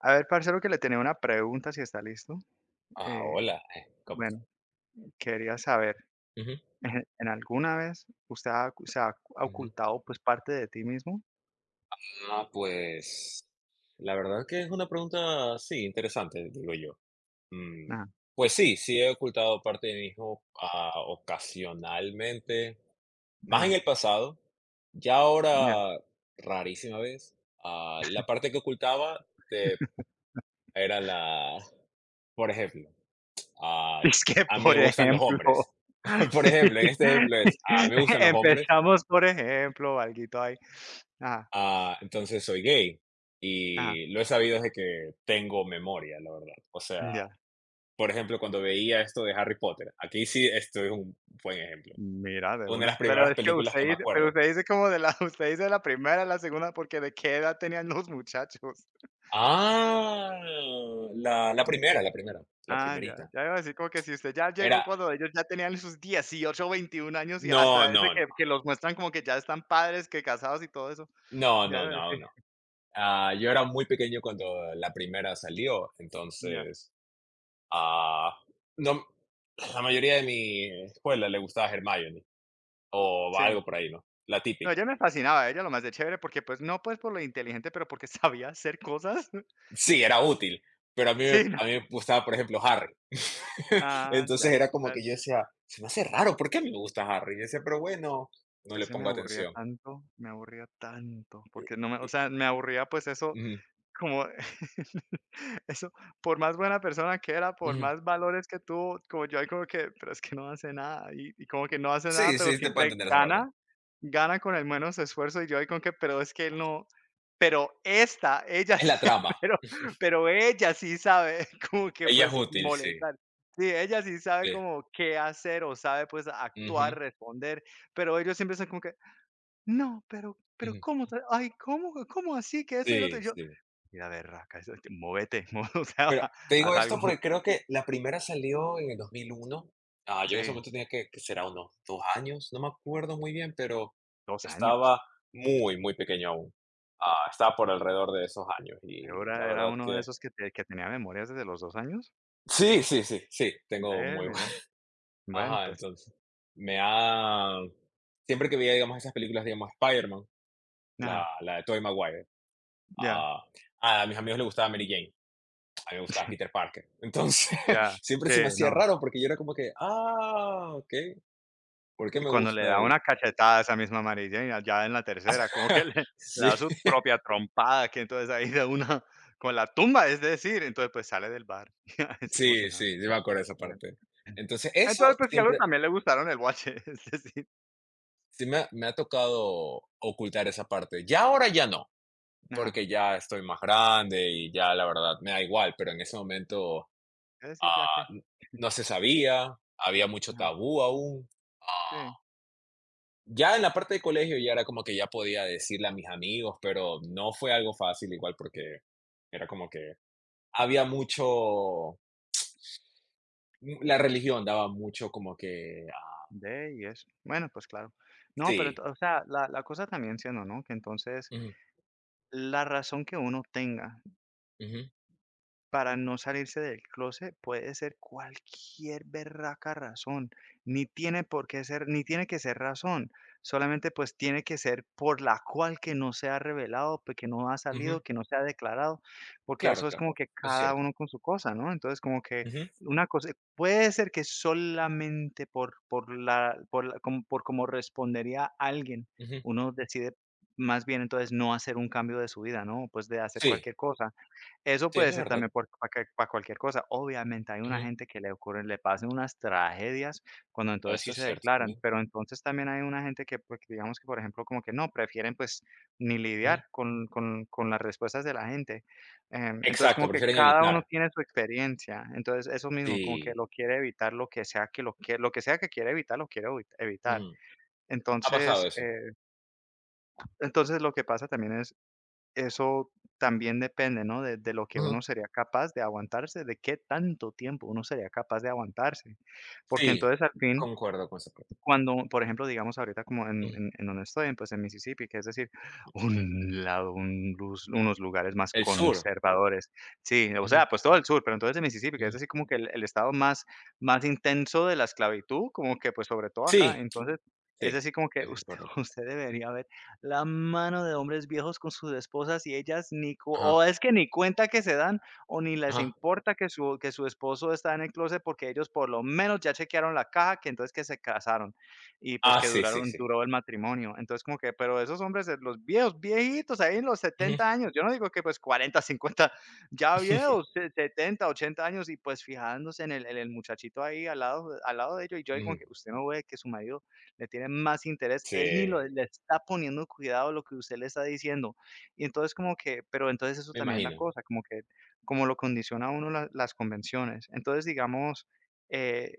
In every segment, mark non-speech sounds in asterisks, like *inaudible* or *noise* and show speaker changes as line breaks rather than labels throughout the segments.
A ver, parcero, que le tenía una pregunta, si está listo.
Ah,
Eh,
hola, ¿cómo
bueno,
estás?
quería saber,
Ujú,
*laughs* ¿en alguna vez se ha
ujú.
ocultado, pues, parte de ti mismo?
Ah, pues la verdad que es una pregunta, sí, interesante, digo yo. Mm,
Ajá,
pues sí, sí he ocultado parte de mi hijo ocasionalmente, más en
ajá,
el pasado, ya
ya.
ahora
*laughs*
rarísima vez. Ah, la parte que ocultaba eh, era por ejemplo, ah,
Es que,
a mí me
por
gustan los
ejemplo,
hombres. *laughs* Por
*laughs*
ejemplo, en este ejemplo es, a mí me gustan los hombres.
empezamos, por ejemplo, alguito ahí. Ajá,
Ah, entonces soy gay
ajá,
y lo he sabido desde que tengo memoria, la verdad. O sea,
ya.
por ejemplo, cuando veía esto de Harry Potter, aquí sí esto es un buen ejemplo.
Mira, de
Una de las
uno, pero
primeras
es que
películas
usted
que me
dice pero
acuerdo.
usted dice como de la *laughs* usted dice la primera, la segunda, porque ¿de qué edad tenían los muchachos?
Ah, la primera, la
Ah, ya,
primerita.
ya iba a decir como que si usted ya llegó
Era,
cuando ellos ya tenían sus 18 años o 21 años y
no,
hasta desde
no, no,
que los muestran como que ya están padres, que casados y todo eso,
no,
ya
no,
iba a decir,
no, no. Ah, yo era muy pequeño cuando la primera salió,
ya,
entonces, ah, no, la mayoría de mi escuela le gustaba Hermione o
sí.
algo por ahí, ¿no? La
No,
típica.
ella me fascinaba, ella lo más de chévere porque, pues, no, pues, por lo inteligente, pero porque *laughs* sabía hacer cosas. *laughs*
Sí, era útil, pero a mí me
Sí,
a
no.
mí me gustaba, por ejemplo, Harry. *laughs*
Ah, ya.
Entonces era como
Dale.
que yo decía: "Se me hace raro, ¿por qué a mí me gusta Harry?". Yo decía: "Pero bueno", no le
Ese
pongo atención.
me aburría tanto,
Eh,
porque no me o
y
sea, me aburría, pues, eso.
Ujú,
Como *laughs* eso, por más buena persona que era, por
ujú.
más valores que tuvo, como yo ahí como que, pero es que no hace nada, y como que no hace nada,
Sí,
pero
sí, te puedo
siempre
entender esa parte.
gana, gana con el menos esfuerzo, y yo ahí como que, pero es que él no, pero esta, ella
Es
sí,
la trama.
*laughs* pero pero ella sí sabe *laughs* como que,
Ella es
pues,
útil, sí,
molestar. Sí, ella sí sabe
sí.
como qué hacer o sabe, pues,
Ujú,
actuar, responder, pero ellos siempre están como que: "No, pero,
ujú.
¿cómo? Ay, ¿cómo? ¿Cómo así? Que eso y lo
Sí,
otro".
sí.
Mira, berraca, eso móvete, *laughs* o sea,
Mira, te
haz
digo esto
algo.
porque creo que la primera salió en el 2001. Ah, yo en ese
Sí,
momento tenía que será unos 2 años, no me acuerdo muy bien, pero
2 años.
estaba muy, muy pequeño aún. Ah, estaba por alrededor de esos años y la
Ahora era
verdad
uno de
que...
esos que tenía memorias desde los 2 años.
Sí, sí, sí, sí, tengo
Ve,
muy buen...
mira.
*laughs*
Bueno,
Ajá,
pues,
entonces me ha... Siempre que veía, digamos, esas películas, digamos, Spider-Man, la,
ajá,
la de Tobey Maguire,
ya,
ah, a mis amigos les gustaba Mary Jane. A mí me gustaba Peter
*laughs*
Parker. Entonces,
ya,
*laughs* siempre
sí,
se me hacía
no.
raro porque yo era como que, ah, ok, ¿por qué
Y
me
cuando le
gusta
da
él?
una cachetada a esa misma amarilla, ya en la tercera, como que *laughs* le
*laughs*
le
Sí,
da su
*laughs*
propia trompada, que entonces ahí de una con la tumba, es decir, entonces, pues, sale del bar, *laughs* así como si
sí,
nada.
sí, sí me acuerdo de esa
Bueno.
parte. Entonces,
Entonces,
eso
pues, si algo
siempre,
también le gustaron el guache, *laughs* es decir,
sí me ha tocado ocultar esa parte. Ya ahora ya no,
ajá,
porque ya estoy más grande y ya la verdad me da igual, pero en ese momento
es decir, ya
ah,
que,
n- no se sabía, había mucho
ajá,
tabú aún. ah,
sí.
Ya en la parte de colegio ya era como que ya podía decirle a mis amigos, pero no fue algo fácil igual porque era como que había mucho, la religión daba mucho como que
De y eso. Bueno, pues claro. No, pero ento
sí,
o sea, la cosa también siendo, ¿no? Que entonces
ujú,
la razón que uno tenga
ujú,
para no salirse del clóset puede ser cualquier berraca razón, ni tiene por qué ser, ni tiene que ser razón, solamente pues tiene que ser por la cual que no se ha revelado, pues que no ha salido,
ujú,
que no se ha declarado, porque
claro,
eso es
claro,
como que
es
cada
cierto.
uno con su cosa, ¿no? Entonces como que
Ujú,
una cosa, puede ser que solamente como, por cómo respondería alguien,
ujú,
uno decide más bien entonces no hacer un cambio de su vida, ¿no? Pues de hacer
sí,
cualquier cosa. Eso
sí,
puede
eso es
ser
verdad.
también por para cualquier cosa. Obviamente, hay una
Ujú,
gente que le pasan unas tragedias cuando entonces sí
eso es
se
cierto
declaran,
también.
pero entonces también hay una gente que, pues, digamos que, por ejemplo, como que no, prefieren, pues, ni
Ujú.
lidiar con las respuestas de la gente. Entonces,
Exacto,
como que
prefieren
cada uno
evitar.
tiene su experiencia. Entonces, eso mismo, como que
Sí,
lo quiere evitar, lo que sea que quiere evitar, lo quiere evitar.
ujú, ha pasado
Entonces,
eso.
entonces lo que pasa también es eso también depende, ¿no? De lo que uno
Ujú,
sería capaz de aguantarse, de qué tanto tiempo uno sería capaz de aguantarse. Porque
sí,
entonces al fin
concuerdo con esa parte.
cuando, por ejemplo, digamos ahorita como
Ujú.
en donde estoy, pues en Mississippi, que es decir, *laughs* un lado, un luz unos lugares más
El sur.
conservadores. Sí, o
Ujú,
sea, pues todo el sur, pero entonces en Mississippi, que es
ujú,
decir como que el estado más intenso de la esclavitud, como que, pues, sobre todo
sí,
acá. Entonces,
sí,
es decir como que
es
usted *laughs*
correcto.
usted debería ver la mano de hombres viejos con sus esposas y ellas ni cu
Ajá,
o es que ni cuenta que se dan, o ni les
ajá.
importa que su esposo está en el closet porque ellos por lo menos ya chequearon la caja, que entonces que se casaron y pues
Ah,
que
sí, sí,
duraron
sí.
duró el matrimonio. Entonces, como que, pero esos hombres, los viejos, viejitos, ahí en los
Ujú.
70 años, yo no digo que pues 40 50 ya viejos,
*laughs*
70, 80 años y pues fijándose en el muchachito ahí al lado de ellos y yo ahí como
Ujú.
que usted no ve que su marido le tiene más interés,
Sí,
él ni lo, le está poniendo cuidado a lo que usted le está diciendo. Y entonces como que, pero entonces eso
me
también es la
imagino.
cosa, como que, como lo condiciona a uno las convenciones. Entonces, digamos, eh,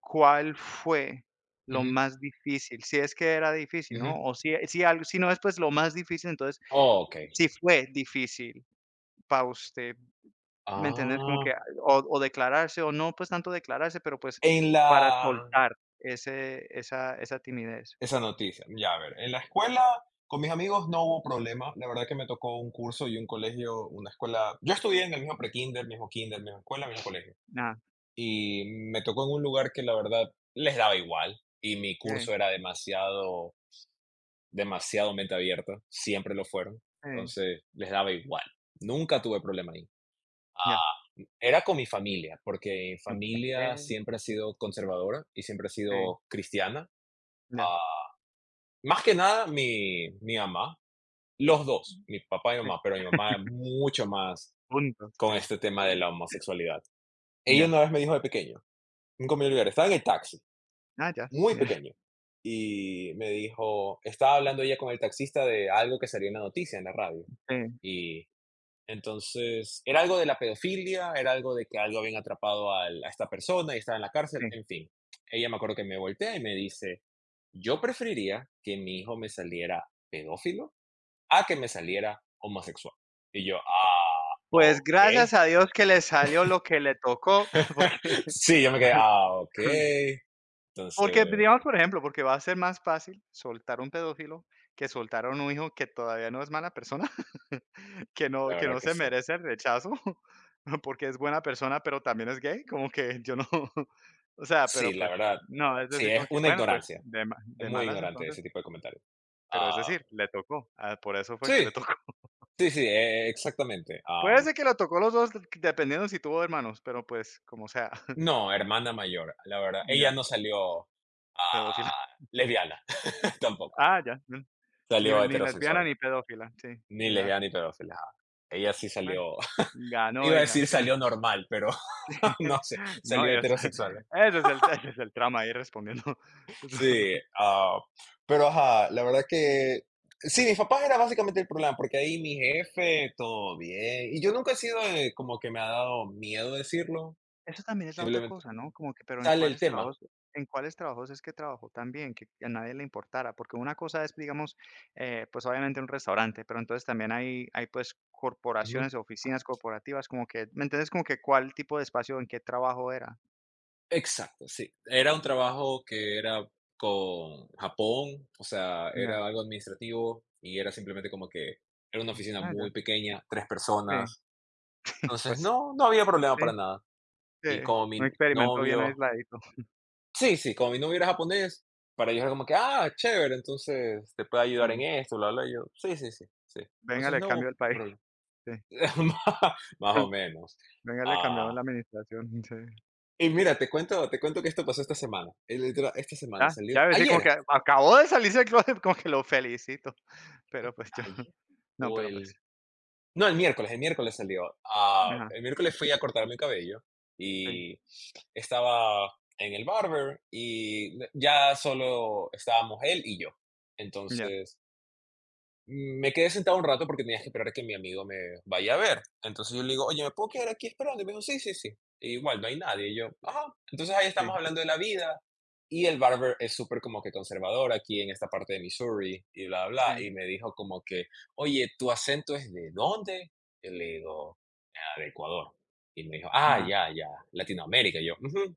¿cuál fue? Lo
Ujú,
más difícil, si es que era difícil, ¿no?
ujú.
O si algo si no es, pues, lo más difícil, entonces,
Okey.
si fue difícil para usted, ¿me entiendes? Como que
Ah,
o declararse o no, pues, tanto declararse, pero, pues,
en
para
la
soltar ese esa timidez.
esa noticia, ya, a ver, en la escuela, con mis amigos no hubo problema, la verdad que me tocó un curso y un colegio, una escuela yo estudié en el mismo prekinder, mismo kinder, misma escuela, mismo colegio,
Ah,
y me tocó en un lugar que la verdad les daba igual, y mi
sí,
curso era demasiado demasiado mente abierta, siempre lo fueron,
sí,
entonces les daba igual, nunca tuve problema ahí.
ya.
Ah, era con mi familia, porque mi familia siempre ha
*laughs*
sido conservadora y siempre ha
Sí,
sido cristiana.
ya,
Ah, más que nada mi mamá, los dos, mi papá y
sí,
mamá, pero mi mamá es mucho más
punto,
con
sí,
este tema de la homosexualidad. Ella
ya.
una vez me dijo de pequeño, nunca me olvidaré, estaba en el taxi,
Ah, ya.
muy pequeño,
*laughs*
y me dijo, estaba hablando ella con el taxista de algo que salió en la noticia, en la radio.
Sí,
Entonces, era algo de la pedofilia, era algo de que algo habían atrapado a esta persona y estaba en la cárcel,
sí.
en fin. Ella me acuerdo que me voltea y me dice, yo preferiría que mi hijo me saliera pedófilo a que me saliera homosexual. Y yo, ah,
Pues,
ok.
gracias a Dios que le salió lo que le tocó, *laughs* porque
*laughs* Sí, yo me quedé,
*laughs*
ah, ok.
porque,
Entonces,
digamos, por ejemplo, porque va a ser más fácil soltar un pedófilo que soltar a un hijo que todavía no es mala persona, *laughs* que no
la
que
verdad
no
que
se
sí.
merece el rechazo, *laughs* porque es buena persona, pero también es gay, como que yo no *laughs* o sea,
Sí,
pero
la
pues,
verdad,
no, es
sí,
decir, como
es
que,
una
bueno, pues,
ignorancia.
de ma
Es
de
muy
malas
ignorante
entonces,
ese tipo de comentarios.
pero es
Ah,
decir, le tocó, ah, por eso fue que
sí,
le tocó. *laughs*
sí, sí, exactamente.
Puede ser que le tocó los 2 dependiendo si tuvo hermanos, pero pues, como sea, *laughs*
No, hermana mayor, la verdad. Ella
ya,
no salió,
pedófila.
lesbiana, *laughs* tampoco.
Ah, ya, ni
Salió
ni lesbiana
heterosexual,
ni pedófila, sí,
ni
mira,
lesbiana ni pedófila. Ella sí
bueno.
salió *laughs*
Ganó
iba a
ella,
decir
sí.
salió normal, pero *laughs* no
*laughs*
sé,
No,
salió
y eso
heterosexual. ¿No?
ese es el trama ahí respondiendo. *laughs* Eso
Sí, pero ajá, la verdad que sí, mis papás era básicamente el problema, porque ahí mi jefe, todo bien. Y yo nunca he sido de como que me ha dado miedo decirlo,
eso también es la otra
simplemente
cosa, ¿no? Como que, pero
sale el tema.
en cuáles trabajos es que trabajó tan bien, que a nadie le importara, porque una cosa es, digamos, pues, obviamente un restaurante, pero entonces también hay, pues, corporaciones, oficinas corporativas, como que, ¿me entiendes? Como que cuál tipo de espacio, en qué trabajo era.
Exacto, sí. Era un trabajo que era con Japón, o sea,
Ya,
era algo administrativo y era simplemente como que era una oficina
ah, ya,
muy pequeña, tres
sí,
personas. Entonces,
pues,
no, no había problema
sí,
para nada.
sí,
Y como
un
mi
experimento bien
novio,
aisladito.
sí, sí, como mi novio era japonés, para ellos era como que, ah, chévere, entonces te puede ayudar en
Ahí,
esto, bla, bla. Y yo, sí, sí, sí, sí.
venga,
Entonces
le
no
cambio
hubo
el país,
problema.
sí.
*laughs* Más o
*laughs*
menos.
Venga, le cambiaron la
Ah,
administración, *laughs* sí.
y mira, te cuento que esto pasó esta semana. Literal, esta semana
Ah,
salió
ya ves, sí, como
ayer.
que acabó de salirse del clóset, como que lo felicito, pero, pues, yo *laughs*
Ayer
no,
o
pero, pues,
el no, el miércoles salió. Ah,
ajá,
el miércoles fui a cortarme el cabello
sí,
y estaba en el barber y ya solo estábamos él y yo.
ya,
Entonces me quedé sentado un rato porque tenía que esperar a que mi amigo me vaya a ver. Entonces yo le digo, oye, ¿me puedo quedar aquí esperando? Y me dijo, sí, sí, sí. Y igual, no hay nadie. Y yo, ajá. Entonces ahí
sí,
estamos hablando de la vida. Y el barber es súper como que conservador aquí en esta parte de Missouri y bla, bla.
sí,
Y me dijo como que, oye, ¿tu acento es de dónde? Y le digo, "Ah, de Ecuador". Y me dijo,
ajá,
ya, ya, Latinoamérica. Y yo, "Ujú".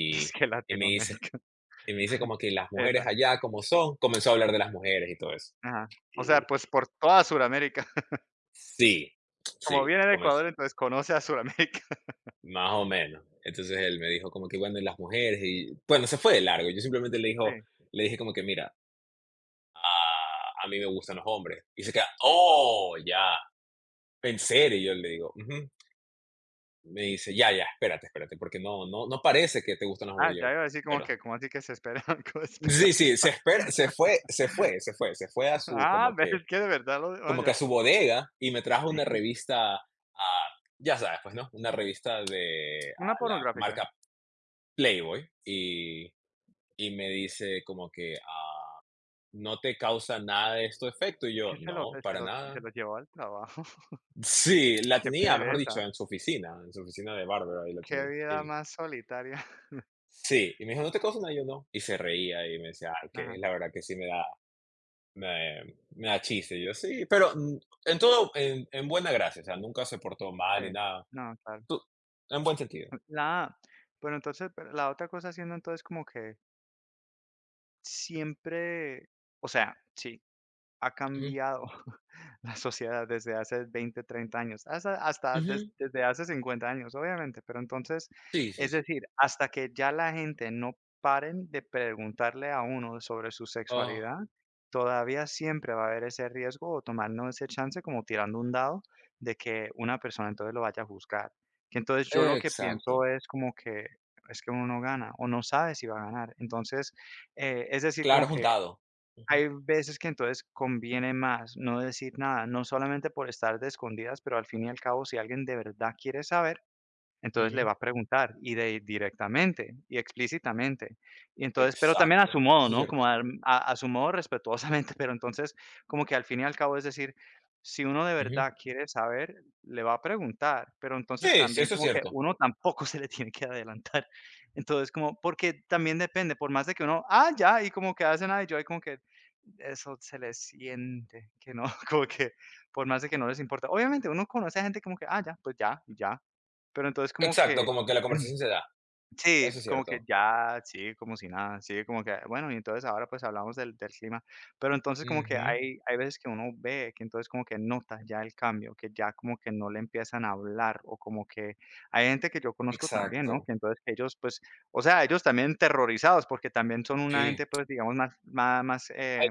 *laughs* es que
y me dice,
Latinoamérica,
y me dice
*laughs*
como que las mujeres
esa,
allá, como son? Comenzó a hablar de las mujeres y todo eso.
ajá, o sea, pues, por toda Suramérica, *laughs*
Sí,
como
sí,
viene de
comencé,
Ecuador, entonces conoce a Suramérica, *laughs*
más o menos. Entonces él me dijo como que, bueno, y las mujeres, y bueno, se fue de largo. Yo simplemente le dijo,
sí,
le dije como que, mira, a mí me gustan los hombres. Y se queda, oh, ya, en serio. Y yo le digo, "Ujú". Me dice, ya, ya, espérate, espérate, porque no, no, no parece que te gustan los
ah,
hombres. Y yo,
ya iba a decir como
pero,
que, como así que se espera? *laughs* ¿Cómo espera?
sí,
Sí,
sí,
pa
se fue a
*laughs*
su,
ah,
como
ves,
que,
es que de verdad lo oh,
como que a
ya,
su bodega y me trajo una revista, ya sabes, pues, ¿no? Una revista de
una
la
pornográfica,
marca Playboy y me dice como que, ¿no te causa nada de esto efecto? Y
es que
yo,
se lo
no,
se
para
lo se
nada.
lo llevó al trabajo, *laughs*
Sí, la
qué
tenía, mejor dicho,
pereza.
en su oficina de Bárbara, ahí la
Qué
tenía.
vida más solitaria. *laughs*
Sí, y me dijo, ¿no te causa nada? Y yo, no. Y se reía y me decía, que
Ajá,
la verdad que sí me, me da chiste. Y yo, sí, pero en todo, en buena gracia, o sea, nunca se portó
sí.
mal ni nada.
No, claro.
Tú- en buen sentido.
*laughs* La bueno, entonces, pero la otra cosa siendo entonces como que siempre, o sea, sí, ha
Ujú,
cambiado *laughs* la sociedad desde hace 20, 30 años,
ujú,
desde hace 50 años, obviamente, pero entonces,
sí, sí,
es
sí.
decir, hasta que ya la gente no paren de preguntarle a uno sobre su sexualidad,
Ah,
todavía siempre va a haber ese riesgo o tomarnos ese chance como tirando un dado de que una persona entonces lo vaya a juzgar. Que entonces yo lo que pienso
exacto.
es como que es que uno no gana o no sabe si va a ganar. Entonces, es decir, como
Claro, es un
que
dado. Ujú,
hay veces que entonces conviene más no decir nada, no solamente por estar de escondidas, pero al fin y al cabo, si alguien de verdad quiere saber, entonces le
ujú.
va a preguntar y de directamente y explícitamente. Y entonces, pero también a su
Exacto,
modo,
eso es
¿no?
cierto.
Como a su modo respetuosamente, *laughs* pero entonces como que al fin y al cabo es decir, si uno de
Ujú.
verdad quiere saber, le va a preguntar, pero entonces
Sí, sí,
también
eso es
como que
cierto.
uno tampoco *laughs* se le tiene que adelantar. Entonces como, porque también depende, por más de que uno, ah, ya, y como que hacen, ay, yo, y como que eso se le siente, que no, *laughs* como que por más de que no les importa. Obviamente uno conoce a gente como que, ah, ya, pues ya, y ya, pero entonces como
Exacto,
que
como que la
*clears throat*
conversación se da,
sí,
eso es
como que
cierto.
ya sigue como si nada, sigue como que, bueno, y entonces ahora pues hablamos del clima, pero entonces como que
Ujú,
hay veces que uno ve que entonces como que nota ya el cambio, que ya como que no le empiezan a hablar o como que hay gente que yo conozco también, ¿no?
exacto,
Que entonces ellos pues, o sea, ellos también terrorizados porque también son una
sí.
gente pues digamos más más más,
Hay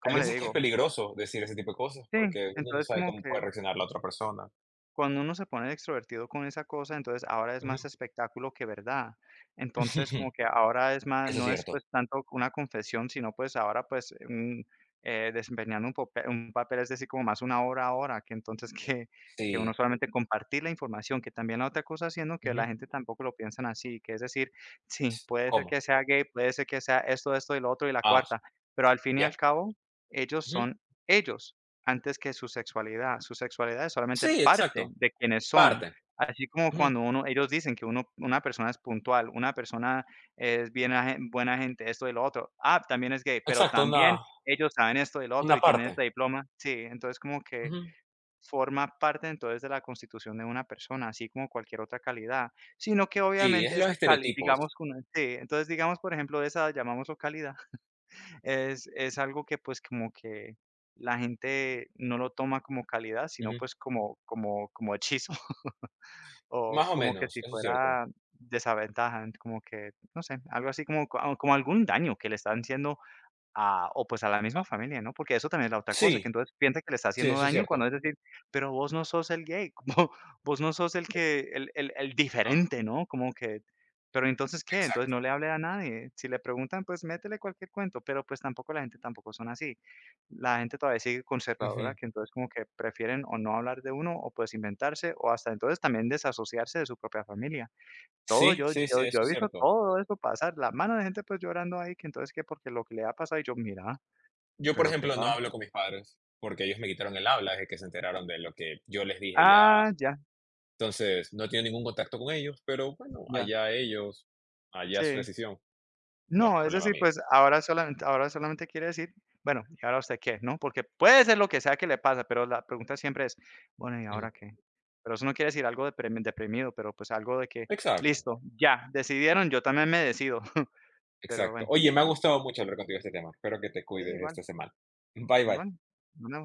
¿cómo
hay
le
veces que es
digo?
peligroso decir ese tipo de cosas,
Sí,
porque uno no
entonces
sabe
como
cómo
que
puede reaccionar la otra persona.
cuando uno se pone extrovertido con esa cosa, entonces ahora es más
Ujú.
espectáculo que verdad. Entonces, como
*laughs*
que ahora es más,
Eso es
no es
cierto,
pues tanto una confesión, sino pues ahora pues un, desempeñando un papel, es decir, como más una obra ahora, que entonces *laughs* que uno
sí.
solamente compartir la información, que también la otra cosa haciendo que
Ujú,
la gente tampoco lo piensan así, que es decir, *laughs* sí, puede ser
¿cómo?
que sea gay, puede ser que sea esto, esto y lo otro y la
Ah,
cuarta, pero al fin y al
¿ya?
cabo, ellos
Ujú.
son ellos. Antes que su sexualidad es solamente
Sí,
parte
exacto,
de quienes son,
parte.
así como
Ujú,
cuando uno ellos dicen que uno una persona es puntual, una persona es bien aje buena gente, esto y lo otro. Ah, también es gay, pero
exacto,
también
una
ellos saben esto y lo otro y
una
tienen este
parte.
diploma. Sí, entonces como que
Ujú.
forma parte entonces de la constitución de una persona, así como cualquier otra calidad, sino que
Sí, es
obviamente
los
esa cali
estereotipos.
digamos con sí, entonces digamos, por ejemplo, esa llamámoslo calidad. Es algo que, pues, como que la gente no lo toma como calidad, sino,
Ujú,
pues, como hechizo, *laughs* o
más o
como que
menos,
si
eso es cierto.
fuera desventaja, como que, no sé, algo así como como algún daño que le están haciendo. Ah, o pues a la misma familia, ¿no? Porque eso también es la otra cosa, que
Sí,
entonces piensa que le está
sí,
haciendo
eso es
daño
cierto.
cuando es decir, pero vos no sos el gay, como *laughs* vos no sos el que, el
Ah,
diferente, ¿no? Como que, pero entonces, ¿qué? Entonces no
exacto.
le hable a nadie. Si le preguntan, pues métele cualquier cuento, pero pues tampoco la gente tampoco son así. La gente todavía sigue conservadora,
Ujú.
que entonces como que prefieren o no hablar de uno o pues inventarse o hasta entonces también desasociarse de su propia familia. Todo,
Sí,
yo
sí,
yo
sí, eso
yo he
es
visto
cierto.
todo eso pasar, la mano de gente, pues, llorando ahí, que entonces que porque lo que le ha pasado, y yo: "Mira,
Yo, por
pero qué
ejemplo, no
pasa".
hablo con mis padres, porque ellos me quitaron el habla desde que se enteraron de lo que yo les dije ya.
Ah, ya,
Entonces, no tengo ningún contacto con ellos, pero bueno,
ya,
allá ellos, allá su
sí.
decisión, no es
No, es
problema
decir,
mío.
pues, ahora solamente quiere decir: "Bueno, ¿y ahora usted qué?", ¿no? Porque puede ser lo que sea que le pasa, pero la pregunta siempre es: "Bueno, ¿y
Ujú.
ahora qué?". Pero eso no quiere decir algo depremi deprimido, pero, pues, algo de que:
Exacto,
"Listo, ya, decidieron, yo también me decido". *laughs* Pero
exacto.
bueno,
Oye, me ha gustado mucho hablar contigo de este tema. Espero que te
sí,
cuides
igual,
esta semana. Bye, bye.
igual, una